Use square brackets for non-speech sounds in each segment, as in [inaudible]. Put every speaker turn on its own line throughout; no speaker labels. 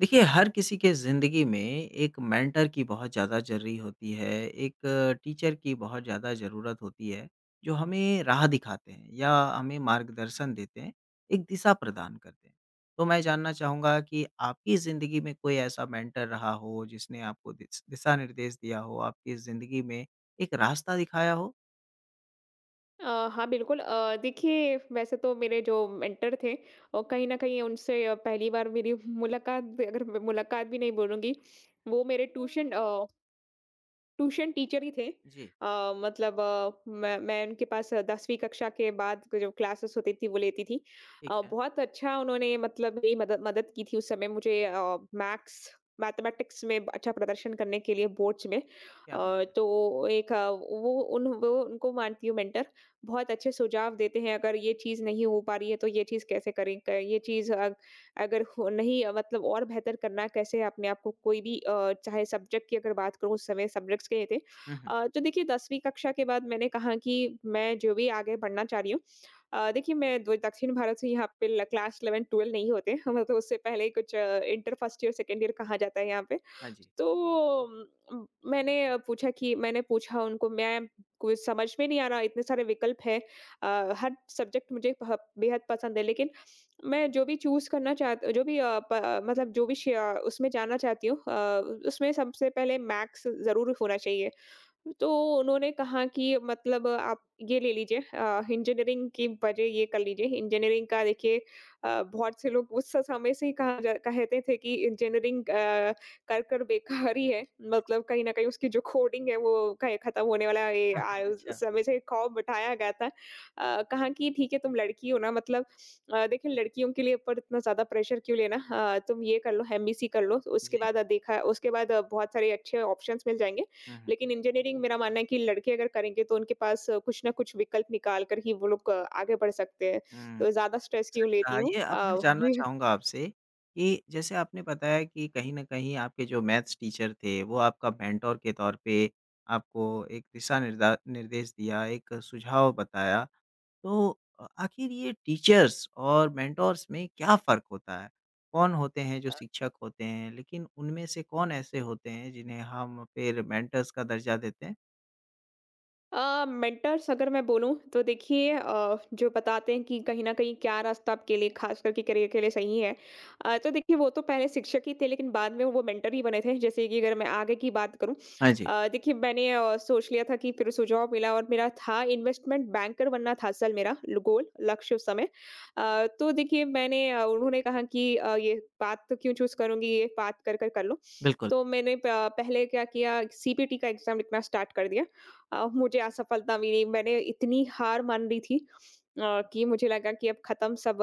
देखिए, हर किसी के ज़िंदगी में एक मेंटर की बहुत ज़्यादा ज़रूरी होती है, एक टीचर की बहुत ज़्यादा ज़रूरत होती है, जो हमें राह दिखाते हैं या हमें मार्गदर्शन देते हैं, एक दिशा प्रदान करते हैं। तो मैं जानना चाहूँगा कि आपकी ज़िंदगी में कोई ऐसा मेंटर रहा हो, जिसने आपको दिस दिशा-निर्देश दिया हो, आपकी ज़िंदगी में एक रास्ता दिखाया हो?
हाँ, बिल्कुल देखिए वैसे तो मेरे जो मेंटर थे और कहीं न कहीं उनसे पहली बार मेरी [laughs] मुलाकात अगर मैं मुलाकात भी नहीं बोलूँगी, वो मेरे ट्यूशन ट्यूशन टीचर ही थे।
जी,
अ, मतलब मैं उनके पास 10वीं कक्षा के बाद को जो क्लासेस होती थी वो लेती थी।
ठीक है,
बहुत अच्छा उन्होंने मतलब मेरी मदद मदद की थी उस समय मुझे मैथ्स मैथमेटिक्स में अच्छा प्रदर्शन करने के लिए बोर्ड्स में।
क्या बात है।
तो एक वो उनको मानती हूँ मेंटर। बहुत अच्छे सुझाव देते हैं अगर ये चीज़ नहीं हो पा रही है तो ये चीज़ कैसे करें? क ये चीज़ अगर हो नहीं मतलब और बेहतर करना है, कैसे अपने आप को कोई भी चाहे सब्जेक्ट की अगर बात करूँ उस समय सब्जेक्ट्स के थे।
हुँ, हुँ।
तो देखिए 10वीं कक्षा के बाद मैंने कहा कि मैं जो भी आगे बढ़ना चाह रही हूँ देखिए मैं दो दक्षिण भारत से यहाँ पे ल क्लास 11-12 नहीं होते [laughs] हैं, मतलब तो उससे पहले ही कुछ inter first year, second year कहा जाता है यहाँ पे।
हाँ जी।
तो मैंने पूछा कि मैंने पूछा उनको मैं कुछ समझ में नहीं आ रहा, इतने सारे विकल्प हैं। हर सब्जेक्ट मुझे भ बेहद पसंद है, लेकिन मैं जो भी चूज़ करना चाहत जो भी प मतलब जो भी श उसमें जाना चाहती हूँ उसमें सबसे पहले मैथ्स ज़रूर होना चाहिए। तो उन्होंने कहा कि मतलब आप ये ले लीजिए इंजीनियरिंग की वजह ये कर लीजिए। इंजीनियरिंग का देखिए बहुत से लोग उस समय से ही कहा जा कहते थे कि इंजीनियरिंग कर कर बेकार ही है। मतलब कहीं न कहीं उसकी जो कोडिंग है वो कहीं ख़त्म होने वाला है। ये
[laughs] हाँ,
आ
हाँ,
उस
अच्छा।
समय से ख़ौफ़ बिठाया गया था। कहा कि ठीक है तुम लड़की हो ना मतलब देखिए लड़कियों के लिए ऊपर इतना ज़्यादा प्रेशर क्यों लेना तुम ये कर लो एमबीसी कर लो उसके
जी।
बाद देखा उसके बाद बहुत सारे अच्छे ऑप्शंस मिल जाएँगे।
हुँ, हुँ।
लेकिन इंजीनियरिंग मेरा मानना है कि लड़के अगर करेंगे तो उनके पास कुछ ना कुछ विकल्प निकाल कर ही वो लोग आगे बढ़ सकते हैं।
हुँ।
तो ज़्यादा स्ट्रेस क्यों
सच
लेती
कहा।
हूँ?
ये अब मैं जानना चाहूँगा आपसे कि जैसे आपने बताया कि कहीं न कहीं आपके जो मैथ्स टीचर थे, वो आपका मेंटर के तौर पे आपको एक दिशा निर्दा निर्देश दिया, एक सुझाव बताया। तो आखिर ये टीचर्स और मेंटर्स में क्या फ़र्क होता है? कौन होते हैं जो
[laughs]
शिक्षक होते हैं, लेकिन उनमें से कौन ऐसे होते हैं जिन्हें हम फिर मेंटर्स का दर्जा देते हैं?
मेंटर्स अगर मैं बोलूँ तो देखिए जो बताते हैं कि कहीं न कहीं क्या रास्ता आपके लिए ख़ास करके करियर के लिए सही है। तो देखिए वो तो पहले शिक्षक ही थे लेकिन बाद में वो मेंटर ही बने थे। जैसे कि अगर मैं आगे की बात करूँ
हाँ जी,
देखिए मैंने सोच लिया था कि फिर सुझाव मिला और मेरा था इन्वेस्टमेंट बैंकर बनना था असल मेरा ल गोल लक्ष्य उस समय। तो देखिए मैंने उन्होंने कहा कि ये बात तो क्यों चूज़ करूँगी ये बात कर लो।
बिल्कुल।
तो मैंने प पहले क्या किया सीपीटी का एग्ज़ाम लिखना स्टार्ट कर दिया। मुझे असफलता मिली। मैंने इतनी हार मान ली थी अ, कि मुझे लगा कि अब खत्म सब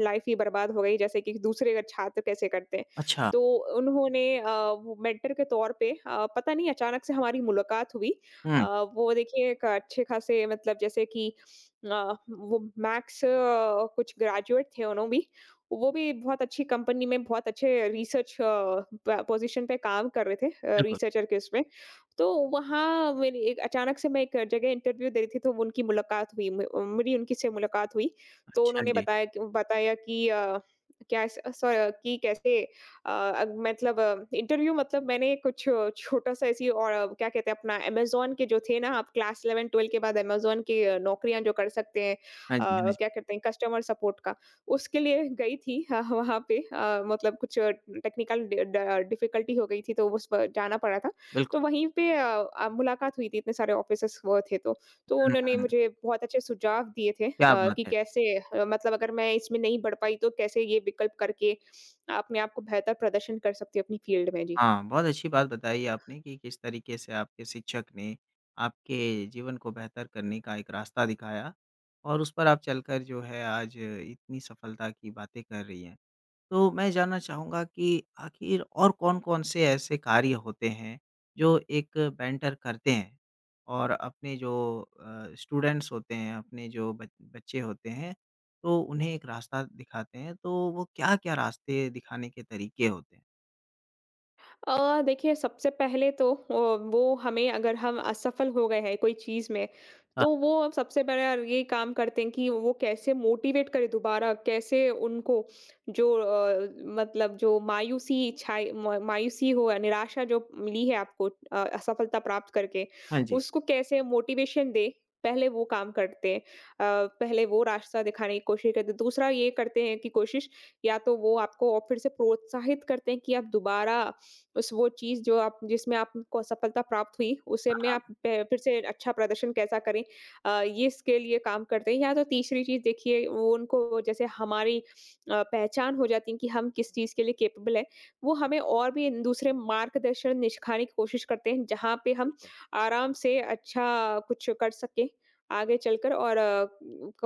लाइफ ही बर्बाद हो गई जैसे कि दूसरे छात्र कैसे करते हैं।
अच्छा,
तो उन्होंने वो मेंटर के तौर पे पता नहीं अचानक से हमारी मुलाकात हुई।
हुँ,
अ, वो देखिए एक अच्छे खासे मतलब जैसे कि वो मैथ्स कुछ ग्रेजुएट थे उन्हों भी। वो भी बहुत अच्छी कंपनी में बहुत अच्छे रिसर्च प पोज़ीशन पे काम कर रहे थे
बिल्कुल।
रिसर्चर के उसमें। तो वहाँ मेरी एक अचानक से मैं एक जगह इंटरव्यू दे रही थी, तो उनकी मुलाकात हुई मे मेरी उनकी से मुलाकात हुई। तो
अच्छा
उन्होंने
जी।
बताया कि क्या स स कि कैसे अग मतलब इंटरव्यू मतलब मैंने कुछ छोटा-सा ऐसी और क्या कहते हैं अपना अमेज़न के जो थे ना आप क्लास 11-12 के बाद अमेज़न की नौकरियाँ जो कर सकते हैं
हाँ जी, हाँ जी,
क्या कहते हैं कस्टमर सपोर्ट का, उसके लिए गई थी ह वहाँ पे मतलब कुछ टेक्निकल डि ड डिफ़िकल्टी हो गई थी, तो उस पर जाना पड़ा था।
बिल्कुल।
तो वहीं पे मुलाकात हुई थी इतने सारे ऑफिसर्स वो थे तो। तो उन्होंने
हुँ,
मुझे बहुत अच्छे सुझाव दिए थे
क्या बात
कि
है!
कैसे मतलब अगर मैं इसमें नहीं बढ़ पाई तो कैसे ये विकल्प करके अपने आप को बेहतर प्रदर्शन कर सकती हूँ अपनी फ़ील्ड में। जी।
हाँ, बहुत अच्छी बात बताई आपने कि किस तरीके से आपके शिक्षक ने आपके जीवन को बेहतर करने का एक रास्ता दिखाया और उस पर आप चलकर जो है आज इतनी सफलता की बातें कर रही हैं। तो मैं जानना चाहूँगा कि आखिर और कौन-कौन से ऐसे कार्य होते हैं जो एक मेंटर करते हैं और अपने जो स्टूडेंट्स होते हैं, अपने जो बच बच्चे होते हैं तो उन्हें एक रास्ता दिखाते हैं, तो वो क्या-क्या रास्ते दिखाने के तरीके होते हैं?
देखिए सबसे पहले तो वो हमें अगर हम असफल हो गए हैं कोई चीज़ में,
हाँ।
तो वो अब सबसे बड़ा ये काम करते हैं कि वो कैसे मोटिवेट करें दोबारा, कैसे उनको जो मतलब जो मायूसी छाई म मायूसी हो या निराशा जो मिली है आपको असफलता प्राप्त करके,
हाँ जी।
उसको कैसे मोटिवेशन दें, पहले वो काम करते हैं। पहले वो रास्ता दिखाने की कोशिश करते हैं। दूसरा ये करते हैं कि कोशिश या तो वो आपको और फिर से प्रोत्साहित करते हैं कि आप दोबारा उस वो चीज़ जो आप जिसमें आपको सफलता प्राप्त हुई, उसे में आप प फिर से अच्छा प्रदर्शन कैसा करें ये इसके लिए काम करते हैं। या तो तीसरी चीज़ देखिए वो उनको जैसे हमारी पहचान हो जाती है कि हम किस चीज़ के लिए कैपेबल हैं, वो हमें और भी दूसरे मार्गदर्शन निछखाने की कोशिश करते हैं, जहाँ पे हम
बिल्कुल।
आराम से अच्छा कुछ कर सकें आगे चलकर और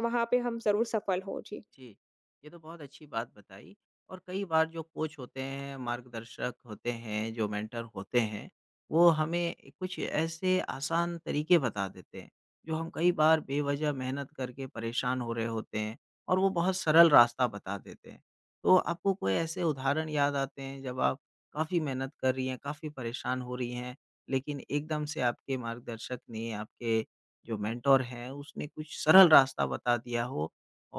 वहाँ पे हम ज़रूर सफल हों। जी।
जी, ये तो बहुत अच्छी बात बताई और कई बार जो कोच होते हैं, मार्गदर्शक होते हैं, जो मेंटर होते हैं, वो हमें कुछ ऐसे आसान तरीके बता देते हैं, जो हम कई बार बेवजह मेहनत करके परेशान हो रहे होते हैं और वो बहुत सरल रास्ता बता देते हैं। तो आपको कोई ऐसे उदाहरण याद आते हैं जब आप काफ़ी मेहनत कर रही हैं, काफ़ी परेशान हो रही हैं, लेकिन एकदम से आपके मार्गदर्शक ने, आपके जो मेंटर हैं, उसने कुछ सरल रास्ता बता दिया हो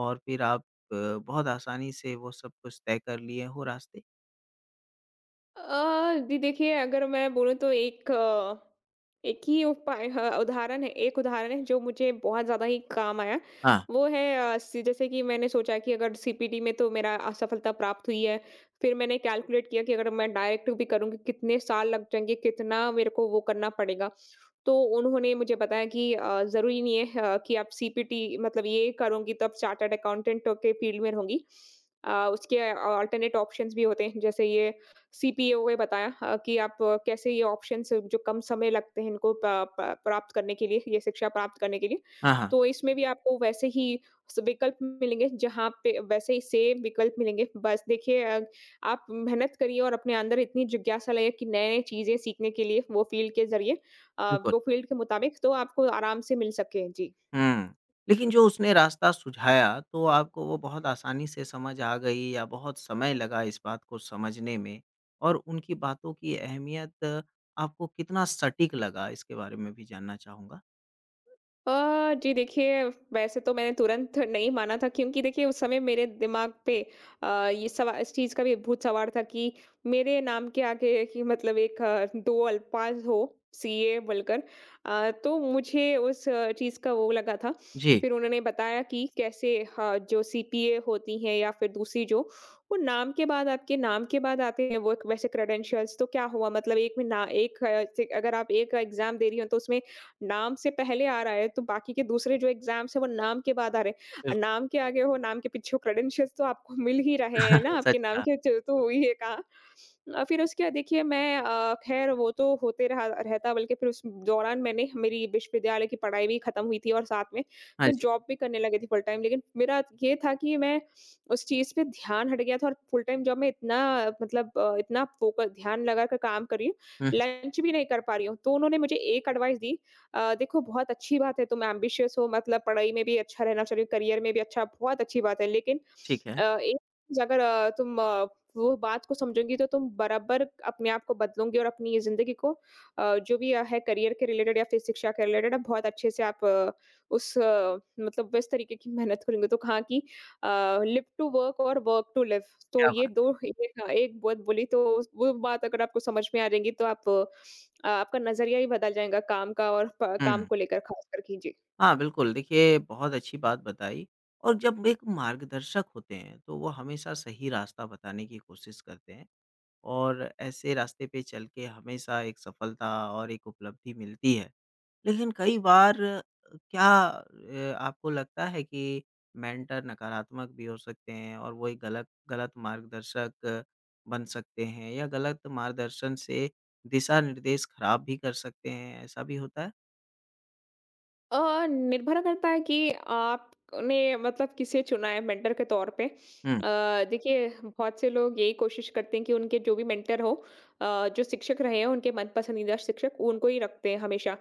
और फिर आप बहुत आसानी से वो सब कुछ तय कर लिए हो रास्ते?
जी देखिए, अगर मैं बोलूँ तो एक एक ही उपाय ह उदाहरण है एक उदाहरण है जो मुझे बहुत ज़्यादा ही काम आया।
हाँ।
वो है सी जैसे कि मैंने सोचा कि अगर सीपीटी में तो मेरा असफलता प्राप्त हुई है, फिर मैंने कैलकुलेट किया कि अगर मैं डायरेक्ट भी करूँगी, कितने साल लग जाएँगे, कितना मेरे को वो करना पड़ेगा। तो उन्होंने मुझे बताया कि ज़रूरी नहीं है कि आप सीपीटी मतलब ये करूँगी तो आप चार्टर्ड अकाउंटेंट के फील्ड में रहूँगी। उसके अल्टरनेट ऑप्शंस भी होते हैं जैसे ये सीपीओ ने बताया कि आप कैसे ये ऑप्शंस जो कम समय लगते हैं इनको प प प्राप्त करने के लिए, ये शिक्षा प्राप्त करने के लिए।
हाँ, हाँ।
तो इसमें भी आपको वैसे ही स विकल्प मिलेंगे जहाँ पे वैसे ही सेम विकल्प मिलेंगे। बस देखिए आप मेहनत करिए और अपने अंदर इतनी जिज्ञासा लाइए कि नए-नए चीज़ें सीखने के लिए वो फील्ड के ज़रिए अ,
बिल्कुल।
वो फ़ील्ड के मुताबिक तो आपको आराम से मिल सके? जी।
हुँ। लेकिन जो उसने रास्ता सुझाया तो आपको वो बहुत आसानी से समझ आ गई या बहुत समय लगा इस बात को समझने में? और उनकी बातों की अहमियत आपको कितना सटीक लगा इसके बारे में भी जानना चाहूँगा?
जी देखिए, वैसे तो मैंने तुरंत नहीं माना था क्योंकि देखिए उस समय मेरे दिमाग पे अ, ये सवा इस चीज़ का भी भूत सवार था कि मेरे नाम के आगे कि मतलब एक 2 अल्पाज हो सीए बोलकर तो मुझे उस चीज़ का वो लगा था।
जी,
फिर उन्होंने बताया कि कैसे ह जो सीपीए होती हैं या फिर दूसरी जो, वो नाम के बाद आपके नाम के बाद आते हैं वो एक वैसे क्रेडेंशियल्स तो क्या हुआ मतलब एक में ना एक से अगर आप एक एग्ज़ाम दे रही हो तो उसमें नाम से पहले आ रहा है तो बाकी के दूसरे जो एग्ज़ाम्स हैं वो नाम के बाद आ रहे हैं।
बिल्कुल।
नाम के आगे हो, नाम के पीछे हो क्रेडेंशियल्स तो आपको मिल ही रहे हैं ना,
[laughs] सच
आपके नाम
कहा।
के च तो हुई है कहाँ। फिर उसके बाद देखिए मैं ख़ैर वो तो होते रहा रहता बल्कि फिर उस दौरान मैंने मेरी विश्वविद्यालय की पढ़ाई भी ख़त्म हुई थी और साथ में
हाँ
मैं
जी।
जॉब भी करने लगी थी फुल टाइम। लेकिन मेरा ये था कि मैं उस चीज़ पे ध्यान हट गया था और फुल टाइम जॉब में इतना मतलब इतना फ़ोकस ध्यान लगा कर काम कर रही हूँ,
हुँ, हुँ।
लंच भी नहीं कर पा रही हूँ। तो उन्होंने मुझे एक एडवाइस दी देखो बहुत अच्छी बात है तुम एम्बिशियस हो मतलब पढ़ाई में भी अच्छा रहना चाहिए, करियर में भी अच्छा बहुत अच्छी बात है। लेकिन
ठीक है।
एक चीज़ अगर तुम वो बात को समझोगी तो तुम बराबर अपने आप को बदलोगी और अपनी ज़िंदगी को जो भी है करियर के रिलेटेड या फिर शिक्षा के रिलेटेड आप बहुत अच्छे से आप उस मतलब इस तरीके की मेहनत करेंगे। तो कहाँ की लिव टू वर्क और वर्क टू लिव तो
क्या
ये
बात
2 एक एक बहुत बोली तो वो बात अगर आपको समझ में आ जाएँगी तो आप आपका नज़रिया ही बदल जाएगा काम का और प
है!
काम
हुँ।
को लेकर खासकर कि जी।
हाँ, बिल्कुल। देखिए, बहुत अच्छी बात बताई और जब एक मार्गदर्शक होते हैं, तो वो हमेशा सही रास्ता बताने की कोशिश करते हैं और ऐसे रास्ते पे चल के हमेशा एक सफलता और एक उपलब्धि मिलती है। लेकिन कई बार आपको लगता है कि मेंटर नकारात्मक भी हो सकते हैं और वो एक गलत गलत मार्गदर्शक बन सकते हैं या गलत मार्गदर्शन से दिशा-निर्देश खराब भी कर सकते हैं, ऐसा भी होता है?
निर्भर करता है कि आपने मतलब किसे चुना है मेंटर के तौर पे।
हुँ,
देखिए बहुत से लोग यही कोशिश करते हैं कि उनके जो भी मेंटर हो जो शिक्षक रहे हैं उनके मन पसंदीदा शिक्षक उनको ही रखते हैं हमेशा।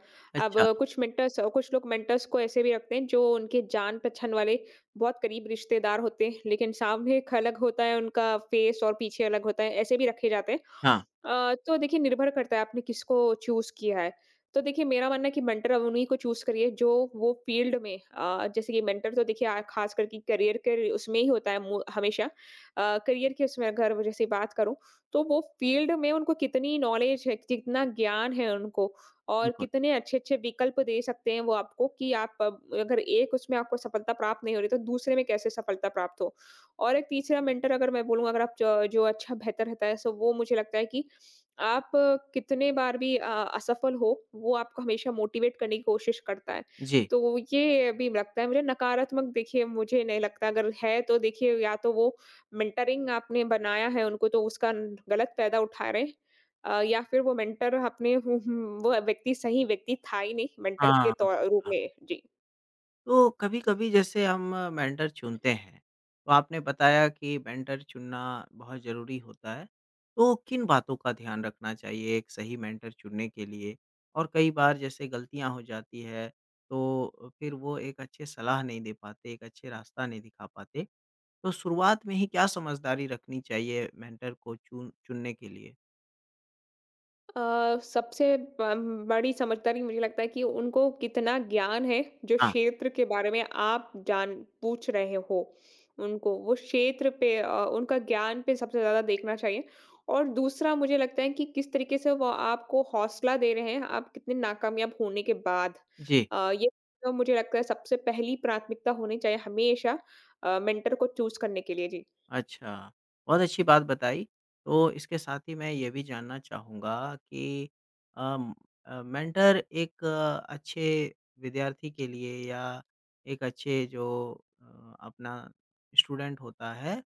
अब
अच्छा।
कुछ मेंटर्स कुछ लोग मेंटर्स को ऐसे भी रखते हैं जो उनके जान पहचान वाले बहुत करीब रिश्तेदार होते हैं, लेकिन सामने एक अलग होता है उनका फेस और पीछे अलग होता है, ऐसे भी रखे जाते हैं।
हाँ,
तो देखिए निर्भर करता है आपने किसको चूज़ किया है। तो देखिए मेरा मानना है कि मेंटर अब उन्हीं को चूज़ करिए जो वो फ़ील्ड में जैसे कि मेंटर तो देखिए आ ख़ास करके करियर के उसमें ही होता है मो हमेशा। करियर की उसमें अगर वजह से बात करूँ, तो वो फ़ील्ड में उनको कितनी नॉलेज है, कितना ज्ञान है उनको और
बिल्कुल।
कितने अच्छे-अच्छे विकल्प दे सकते हैं वो आपको कि आप अब अगर एक उसमें आपको सफलता प्राप्त नहीं हो रही तो दूसरे में कैसे सफलता प्राप्त हो। और एक तीसरा मेंटर अगर मैं बोलूँ अगर आप ज जो अच्छा बेहतर रहता है सो वो मुझे लगता है कि आप कितने बार भी असफल हो, वो आपको हमेशा मोटिवेट करने की कोशिश करता है।
जी।
तो ये भी लगता है मुझे नकारात्मक देखिए मुझे नहीं लगता अगर है तो देखिए या तो वो मेंटरिंग आपने बनाया है उनको तो उसका गलत फ़ायदा उठा रहे हैं। या फिर वो मेंटर अपने हु- हु- वो व्यक्ति सही व्यक्ति था ही नहीं मेंटर के
हाँ,
तौर रूप में।
हाँ।
जी।
तो कभी-कभी जैसे हम मेंटर चुनते हैं, तो आपने बताया कि मेंटर चुनना बहुत ज़रूरी होता है। तो किन बातों का ध्यान रखना चाहिए एक सही मेंटर चुनने के लिए? और कई बार जैसे गलतियाँ हो जाती है, तो फिर वो एक अच्छे सलाह नहीं दे पाते, एक अच्छे रास्ता नहीं दिखा पाते। तो शुरुआत में ही क्या समझदारी रखनी चाहिए मेंटर को चुनने के लिए?
सबसे बम बड़ी समझदारी मुझे लगता है कि उनको कितना ज्ञान है जो
हाँ।
क्षेत्र के बारे में आप जान पूछ रहे हो उनको वो क्षेत्र पे उनका ज्ञान पे सबसे ज़्यादा देखना चाहिए और दूसरा मुझे लगता है कि किस तरीके से वो आपको हौसला दे रहे हैं आप कितने नाकामयाब होने के बाद।
जी।
ये तो मुझे लगता है सबसे पहली प्राथमिकता होनी चाहिए हमेशा मेंटर को चूज करने के लिए। जी।
अच्छा, बहुत अच्छी बात बताई। तो इसके साथ ही मैं ये भी जानना चाहूँगा कि अम, मेंटर एक अच्छे विद्यार्थी के लिए या एक अच्छे जो अ, अपना स्टूडेंट होता है,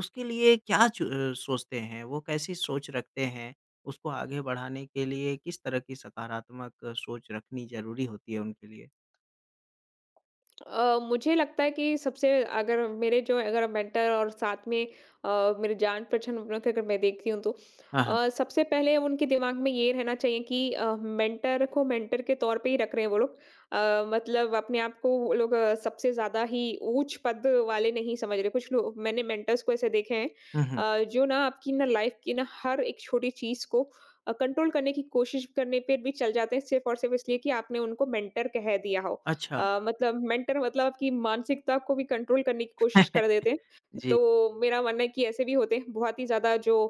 उसके लिए क्या सोचते हैं? वो कैसी सोच रखते हैं? उसको आगे बढ़ाने के लिए किस तरह की सकारात्मक सोच रखनी ज़रूरी होती है उनके लिए?
मुझे लगता है कि सबसे अगर मेरे जो अगर मेंटर और साथ में मेरे जान पहचान वालों की अगर मैं देखती हूँ तो
हाँ, हाँ।
सबसे पहले उनके दिमाग में ये रहना चाहिए कि मेंटर को मेंटर के तौर पे ही रख रहे हैं वो लोग। मतलब अपने आप को वो लोग सबसे ज्यादा ही ऊंच पद वाले नहीं समझ रहे। कुछ लोग मैंने मेंटर्स को ऐसे देखे हैं
हुँ, हुँ।
जो ना आपकी ना लाइफ की ना हर एक छोटी चीज को कंट्रोल करने की कोशिश करने पे भी चल जाते हैं सिर्फ और सिर्फ इसलिए कि आपने उनको मेंटर कह दिया हो।
अच्छा,
मतलब मेंटर मतलब आपकी मानसिकता को भी कंट्रोल करने की कोशिश कर देते हैं।
जी।
तो मेरा मानना है कि ऐसे भी होते हैं, बहुत ही ज़्यादा जो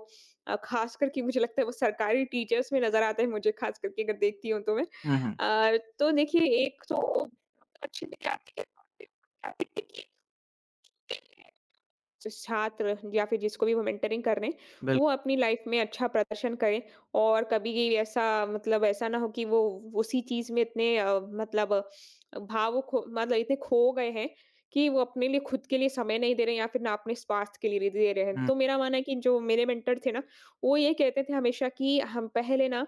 ख़ास करके मुझे लगता है वो सरकारी टीचर्स में नज़र आता है मुझे ख़ास करके अगर देखती हूँ तो मैं।
हुँ, हुँ।
तो देखिए एक तो अच्छी छात्र या फिर जिसको भी वो मेंटरिंग कर रहे हैं, वो
बिल्कुल,
अपनी लाइफ में अच्छा प्रदर्शन करें और कभी भी ऐसा मतलब ऐसा ना हो कि वो उसी चीज में इतने मतलब मतलब इतने खो गए हैं कि वो अपने लिए खुद के लिए समय नहीं दे रहे हैं या फिर ना अपने स्वास्थ्य के लिए दे रहे हैं।
हुँ।
तो मेरा मानना है कि जो मेरे मेंटर थे ना, वो ये कहते थे हमेशा कि हम पहले ना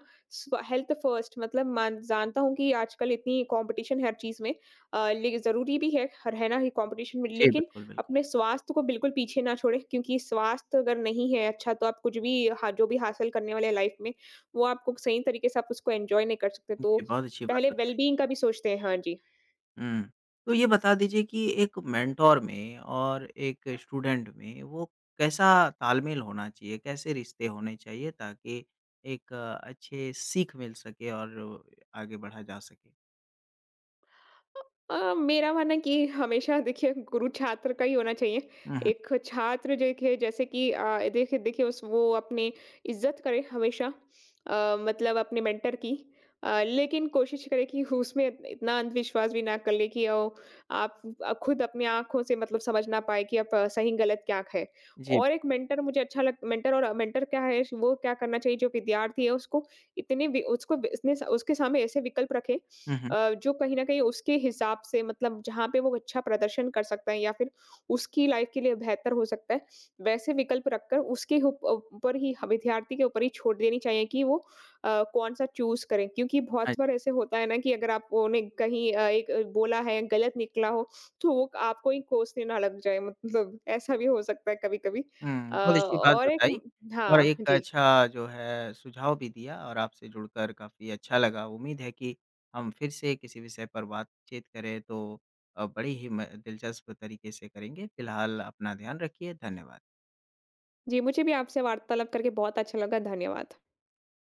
हेल्थ फर्स्ट। मतलब मान जानता हूँ कि आजकल इतनी कंपटीशन है हर चीज में। जरूरी भी है रहना ही कंपटीशन में,
जी,
लेकिन
बिल्कुल, बिल्कुल।
अपने स्वास्थ्य को बिल्कुल पीछे ना छोड़ें क्योंकि स्वास्थ्य अगर नहीं है अच्छा तो आप कुछ भी हा जो भी हासिल करने वाले हैं लाइफ में, वो आपको सही तरीके से आप उसको एन्जॉय नहीं कर सकते, तो
जी, बहुत अच्छी
पहले
बात बताई।
वेल-बीइंग का भी सोचते हैं। हाँ जी।
हुँ। तो ये बता दीजिए कि एक मेंटर में और एक स्टूडेंट में वो कैसा तालमेल होना चाहिए? कैसे रिश्ते होने चाहिए ताकि एक अच्छे सीख मिल सके और आगे बढ़ा जा सके?
मेरा मानना है कि हमेशा देखिए गुरु छात्र का ही होना चाहिए।
हुँ, हुँ।
एक छात्र देखिए जैसे कि देखिए देखिए उस वो अपने इज़्ज़त करे हमेशा मतलब अपने मेंटर की। लेकिन कोशिश करे कि उसमें इतना अंधविश्वास भी ना कर ले कि ओ, आप खुद अपनी आँखों से मतलब समझ ना पाए कि आप सही-गलत क्या है।
जी।
और एक मेंटर मुझे अच्छा लग मेंटर और मेंटर क्या है, वो क्या करना चाहिए जो विद्यार्थी है उसको इतने वि उसको वि- इसने उसके सामने ऐसे विकल्प रखे
हुँ, हुँ।
जो कहीं न कहीं उसके हिसाब से मतलब जहाँ पे वो अच्छा प्रदर्शन कर सकता है या फिर उसकी लाइफ़ के लिए बेहतर हो सकता है, वैसे विकल्प रखकर उसके उप ऊपर ही ह विद्यार्थी के ऊपर ही छोड़ देनी चाहिए कि वो कौन-सा चूज़ करें। क्योंकि
हाँ
बहुत बार
जी।
ऐसे होता है ना कि अगर आप उन्होंने कहीं एक बोला है, गलत निकला हो, तो वो आपको ही कोसने ना लग जाए। मतलब ऐसा भी हो सकता है कभी-कभी।
हुँ,
अ,
बहुत अच्छी बात
और एक
बताई और
हाँ,
एक
जी।
अच्छा जो है सुझाव भी दिया और आपसे जुड़कर काफ़ी अच्छा लगा। उम्मीद है कि हम फिर से किसी विषय पर बातचीत करें तो बड़ी ही म दिलचस्प तरीके से करेंगे। फिलहाल अपना ध्यान रखिए, धन्यवाद।
जी, मुझे भी आपसे वार्तालाप करके बहुत अच्छा लगा। धन्यवाद।